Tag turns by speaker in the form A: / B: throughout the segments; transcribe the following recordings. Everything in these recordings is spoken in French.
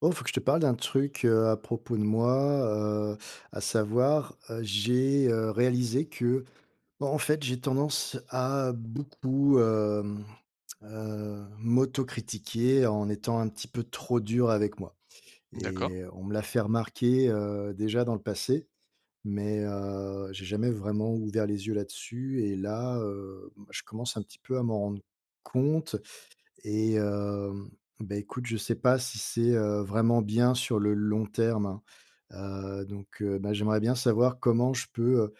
A: Oh, faut que je te parle d'un truc, à propos de moi, à savoir, j'ai, réalisé que, bah, en fait, j'ai tendance à beaucoup, m'autocritiquer en étant un petit peu trop dur avec moi
B: D'accord,
A: et on me l'a fait remarquer, déjà dans le passé, mais, j'ai jamais vraiment ouvert les yeux là-dessus et là, bah, je commence un petit peu à m'en rendre compte et bah, écoute, je sais pas si c'est, vraiment bien sur le long terme, hein. Donc bah, j'aimerais bien savoir comment je peux,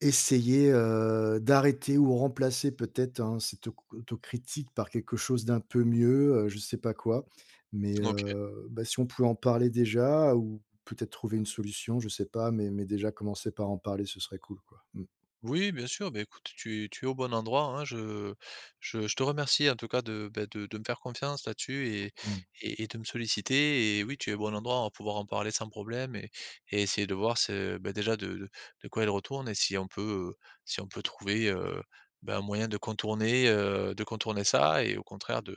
A: essayer, d'arrêter ou remplacer peut-être, hein, cette auc autocritique par quelque chose d'un peu mieux, je sais pas quoi. Mais
B: OK.
A: bah, si on pouvait en parler déjà ou peut-être trouver une solution, je sais pas, mais déjà commencer par en parler, ce serait cool, quoi. Mmh.
B: Oui, bien sûr, beh, écoute, tu es au bon endroit, hein. Je te remercie en tout cas de, bah, de me faire confiance là-dessus et
A: Mmh.
B: et et de me solliciter et oui, tu es au bon endroit, on va pouvoir en parler sans problème et essayer de voir ce bah, déjà de quoi il retourne et si on peut, heu, si on peut trouver, bah, un moyen de contourner ça et au contraire de,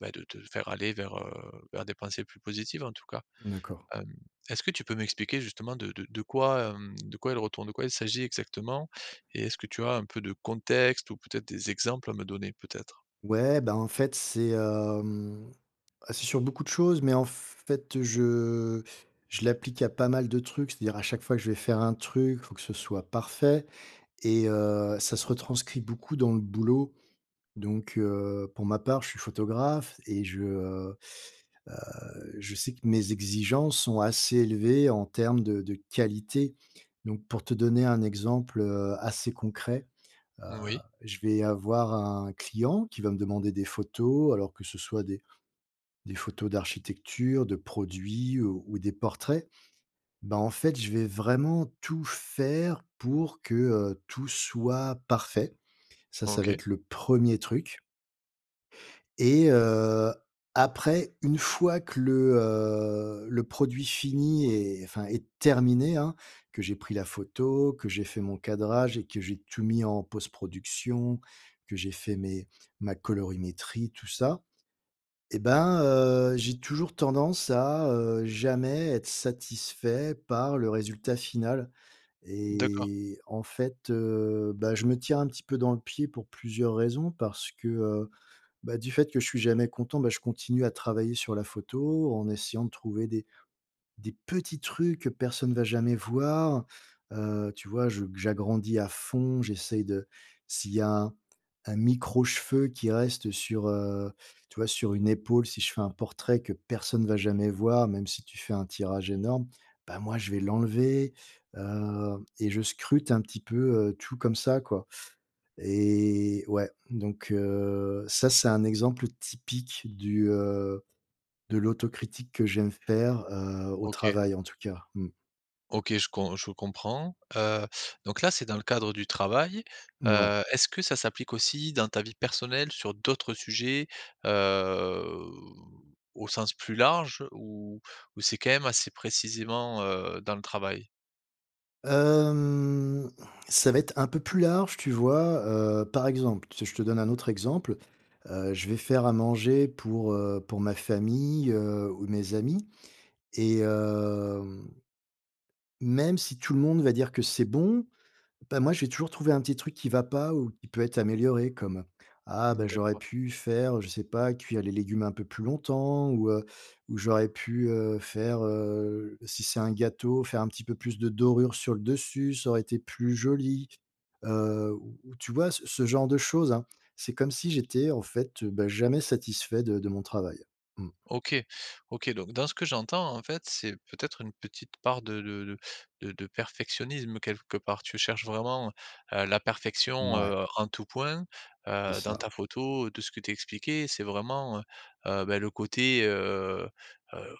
B: bah, de te faire aller vers, vers des pensées plus positives en tout cas.
A: D'accord.
B: Hem, Est-ce que tu peux m'expliquer justement de quoi, de quoi elle retourne, de quoi il s'agit exactement? Et est-ce que tu as un peu de contexte ou peut-être des exemples à me donner peut-être?
A: Ouais, bah, en fait, c'est, hem Ah, c'est sur beaucoup de choses, mais en fait, je l'applique à pas mal de trucs. C'est-à-dire à chaque fois que je vais faire un truc, il faut que ce soit parfait et ça se retranscrit beaucoup dans le boulot. Donc pour ma part, je suis photographe et je sais que mes exigences sont assez élevées en termes de qualité. Donc pour te donner un exemple, assez concret, heu,
B: Oui,
A: je vais avoir un client qui va me demander des photos alors que ce soit des photos d'architecture, de produits ou des portraits, bah, en fait, je vais vraiment tout faire pour que, tout soit parfait. Ça va
B: OK,
A: être le premier truc et après, une fois que le produit fini est terminé, hein, que j'ai pris la photo, que j'ai fait mon cadrage et que j'ai tout mis en post-production, que j'ai fait mes ma colorimétrie, tout ça, et ben, j'ai toujours tendance à, jamais être satisfait par le résultat final
B: d'accord,
A: et en fait, bah, je me tire un petit peu dans le pied pour plusieurs raisons parce que, bah, du fait que je suis jamais content, bah, je continue à travailler sur la photo en essayant de trouver des petits trucs que personne ne va jamais voir, tu vois? Je j'agrandis à fond, j'essaye de s'il y a un micro-cheveu qui reste sur, tu vois? Sur une épaule, si je fais un portrait que personne ne va jamais voir, même si tu fais un tirage énorme, bah, moi, je vais l'enlever, et je scrute un petit peu, tout comme ça, quoi et ouais, donc ça, c'est un exemple typique de l'autocritique que j'aime faire, au
B: OK,
A: travail en tout cas. Mmh.
B: OK, je comprends. Donc là, c'est dans le cadre du travail.
A: Ouais.
B: Est-ce que ça s'applique aussi dans ta vie personnelle sur d'autres sujets, heu, au sens plus large ou c'est quand même assez précisément, dans le travail?
A: Hem, ça va être un peu plus large, tu vois? Par exemple, tu je te donne un autre exemple, je vais faire à manger pour ma famille, ou mes amis et même si tout le monde va dire que c'est bon, bah, moi, je vais toujours trouver un petit truc qui va pas ou qui peut être amélioré comme: «Ah bah, j'aurais
B: D'accord.
A: pu faire, je sais pas, cuire les légumes un peu plus longtemps» ou «J'aurais pu, faire, si c'est un gâteau, faire un petit peu plus de dorure sur le dessus, ça aurait été plus joli». Ou tu vois, ce genre de choses, hein. C'est comme si j'étais, en fait, bah, jamais satisfait de mon travail. Mmh.
B: OK. OK, donc dans ce que j'entends, en fait, c'est peut-être une petite part de perfectionnisme quelque part. Tu cherches vraiment, la perfection,
A: Mouais,
B: en tout point,
A: c'est
B: dans
A: ça.
B: ta photo, de ce que tu expliquais. C'est vraiment, bah, le côté, heu,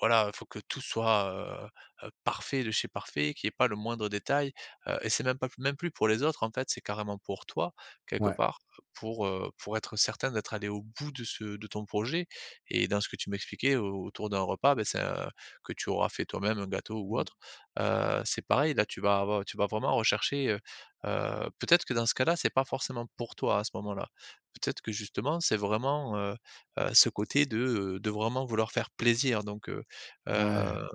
B: voilà, il faut que tout soit, parfait de chez parfait, qu'il n'y ait pas le moindre détail, et c'est même pas même plus pour les autres, en fait, c'est carrément pour toi, quelque
A: Ouais.
B: part, pour être certain d'être allé au bout de ce de ton projet et dans ce que tu m'expliquais au autour d'un repas, ben c'est un que tu auras fait toi-même, un gâteau ou
A: Mmh.
B: autre, c'est pareil, là, tu vas vraiment rechercher, peut-être que dans ce cas-là, c'est pas forcément pour toi à ce moment-là. Peut-être que justement, c'est vraiment, ce côté de vraiment vouloir faire plaisir donc
A: Ouais,
B: heu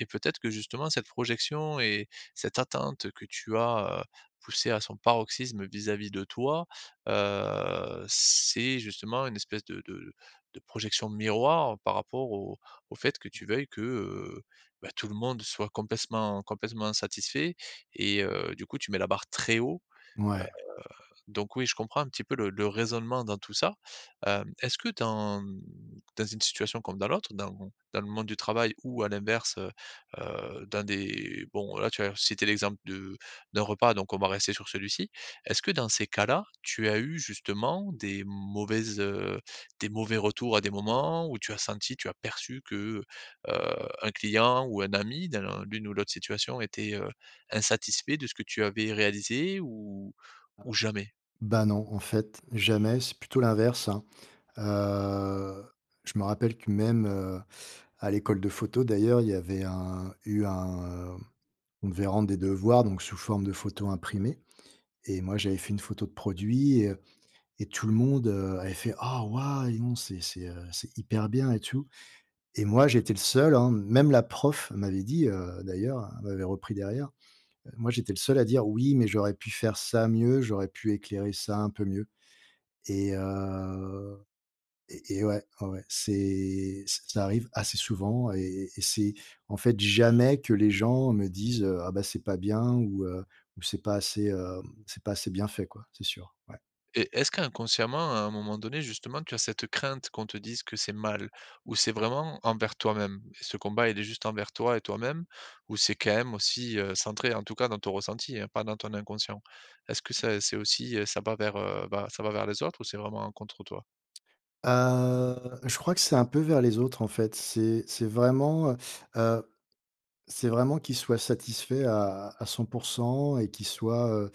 B: et peut-être que justement cette projection et cette attente que tu as, poussée à son paroxysme vis-à-vis de toi, c'est justement une espèce de projection miroir par rapport au au fait que tu veuilles que, bah, tout le monde soit complètement complètement satisfait et du coup, tu mets la barre très haut
A: ouais.
B: donc oui, je comprends un petit peu le raisonnement dans tout ça. Est-ce que dans dans une situation comme dans l'autre, dans dans le monde du travail ou à l'inverse, dans des bon, là, tu as cité l'exemple de d'un repas, donc on va rester sur celui-ci. Est-ce que dans ces cas-là, tu as eu justement des mauvaises, des mauvais retours à des moments où tu as senti, tu as perçu que, un client ou un ami dans l'une ou l'autre situation était, insatisfait de ce que tu avais réalisé ou jamais?
A: Bah, non, en fait, jamais, c'est plutôt l'inverse, hein. Heu, je me rappelle que même, à l'école de photo d'ailleurs, il y avait un eu un, hem, on devait rendre des devoirs donc sous forme de photos imprimées et moi j'avais fait une photo de produit et tout le monde, avait fait: «Ah waouh, dis donc c'est hyper bien et tout» et moi j'étais le seul, hein, même la prof m'avait dit, d'ailleurs, elle m'avait repris derrière, moi j'étais le seul à dire: «Oui, mais j'aurais pu faire ça mieux, j'aurais pu éclairer ça un peu mieux» et heu et ouais, ouais, ouais, c'est ça arrive assez souvent et c'est en fait jamais que les gens me disent: «Ah bah, c'est pas bien» ou c'est pas assez bien fait», quoi, c'est sûr, ouais.
B: Et est-ce qu'inconsciemment, à un moment donné, justement, tu as cette crainte qu'on te dise que c'est mal? Ou c'est vraiment envers toi-même? Et ce combat, il est juste envers toi et toi-même? Ou c'est quand même aussi, centré, en tout cas dans ton ressenti, hein, pas dans ton inconscient? Est-ce que ça c'est aussi, ça va vers, bah, ça va vers les autres ou c'est vraiment contre toi?
A: Heu, je crois que c'est un peu vers les autres, en fait. C'est vraiment qu'ils soient satisfaits à 100% et qu'ils soient, heu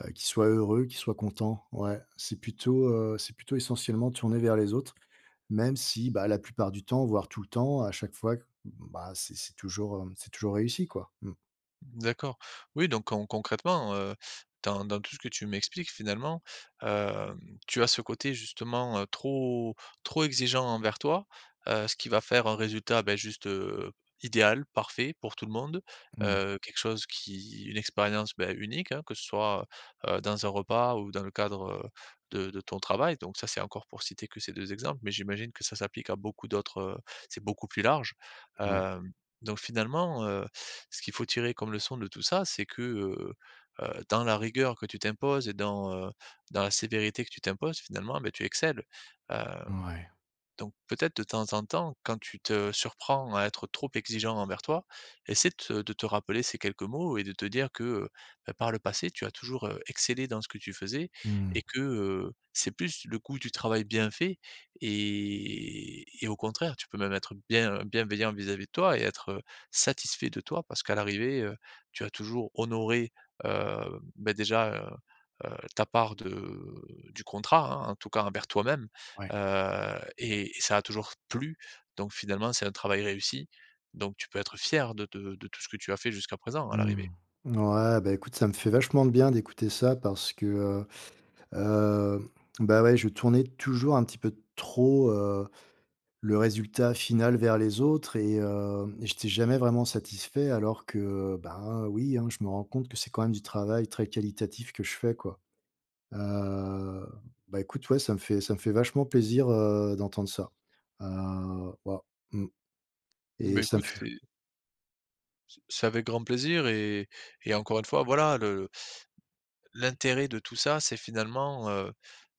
A: heu, qu'ils soient heureux, qu'ils soient contents. Ouais, c'est plutôt essentiellement tourné vers les autres. Même si, bah, la plupart du temps, voire tout le temps, à chaque fois, bah, c'est toujours, c'est toujours réussi, quoi. Mmh.
B: D'accord. Oui, donc concrètement, dans dans tout ce que tu m'expliques finalement, hem, tu as ce côté justement, trop trop exigeant envers toi, ce qui va faire un résultat, beh, juste, idéal, parfait pour tout le monde,
A: Mmh.
B: quelque chose qui une expérience, beh, unique, hein, que ce soit, dans un repas ou dans le cadre, de ton travail. Donc ça, c'est encore pour citer que ces 2 exemples, mais j'imagine que ça s'applique à beaucoup d'autres, c'est beaucoup plus large.
A: Ouais,
B: Hem, donc finalement, ce qu'il faut tirer comme leçon de tout ça, c'est que, dans la rigueur que tu t'imposes et dans, dans la sévérité que tu t'imposes, finalement, ben tu excelles. Heu
A: ouais.
B: donc peut-être de temps en temps, quand tu te surprends à être trop exigeant envers toi, essaie de te rappeler ces quelques mots et de te dire que, bah, par le passé, tu as toujours, excellé dans ce que tu faisais
A: Mmh.
B: et que, c'est plus le goût du travail bien fait et au contraire, tu peux même être bienveillant vis-à-vis de toi et être, satisfait de toi parce qu'à l'arrivée, tu as toujours honoré, bah, déjà, ta part de du contrat, hein, en tout cas envers toi-même.
A: Ouais.
B: Et ça a toujours plu, donc finalement, c'est un travail réussi, donc tu peux être fier de tout ce que tu as fait jusqu'à présent, à
A: Mmh.
B: l'arrivée.
A: Ouais, bah, écoute, ça me fait vachement de bien d'écouter ça parce que, heu, bah, ouais, je tournais toujours un petit peu trop, le résultat final vers les autres et j'étais jamais vraiment satisfait alors que, bah, oui, hein, je me rends compte que c'est quand même du travail très qualitatif que je fais, quoi. Heu, Bah, écoute, ouais, ça me fait vachement plaisir, d'entendre ça. Waouh, mmh et
B: Mais
A: ça me
B: écoute,
A: fait
B: c'est avec grand plaisir et encore une fois, voilà, le l'intérêt de tout ça, c'est finalement,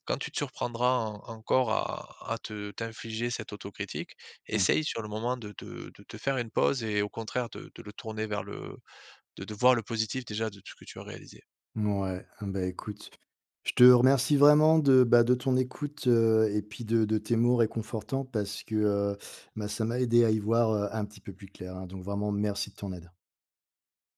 B: quand tu te surprendras en encore à te t'infliger cette autocritique, essaye sur le moment de te faire une pause et au contraire de le tourner vers le de voir le positif déjà de tout ce que tu as réalisé.
A: mmh, ouais, bah, écoute, je te remercie vraiment bah, de ton écoute, et puis de tes mots réconfortants parce que, bah, ça m'a aidé à y voir, un petit peu plus clair, hein, donc vraiment merci de ton aide.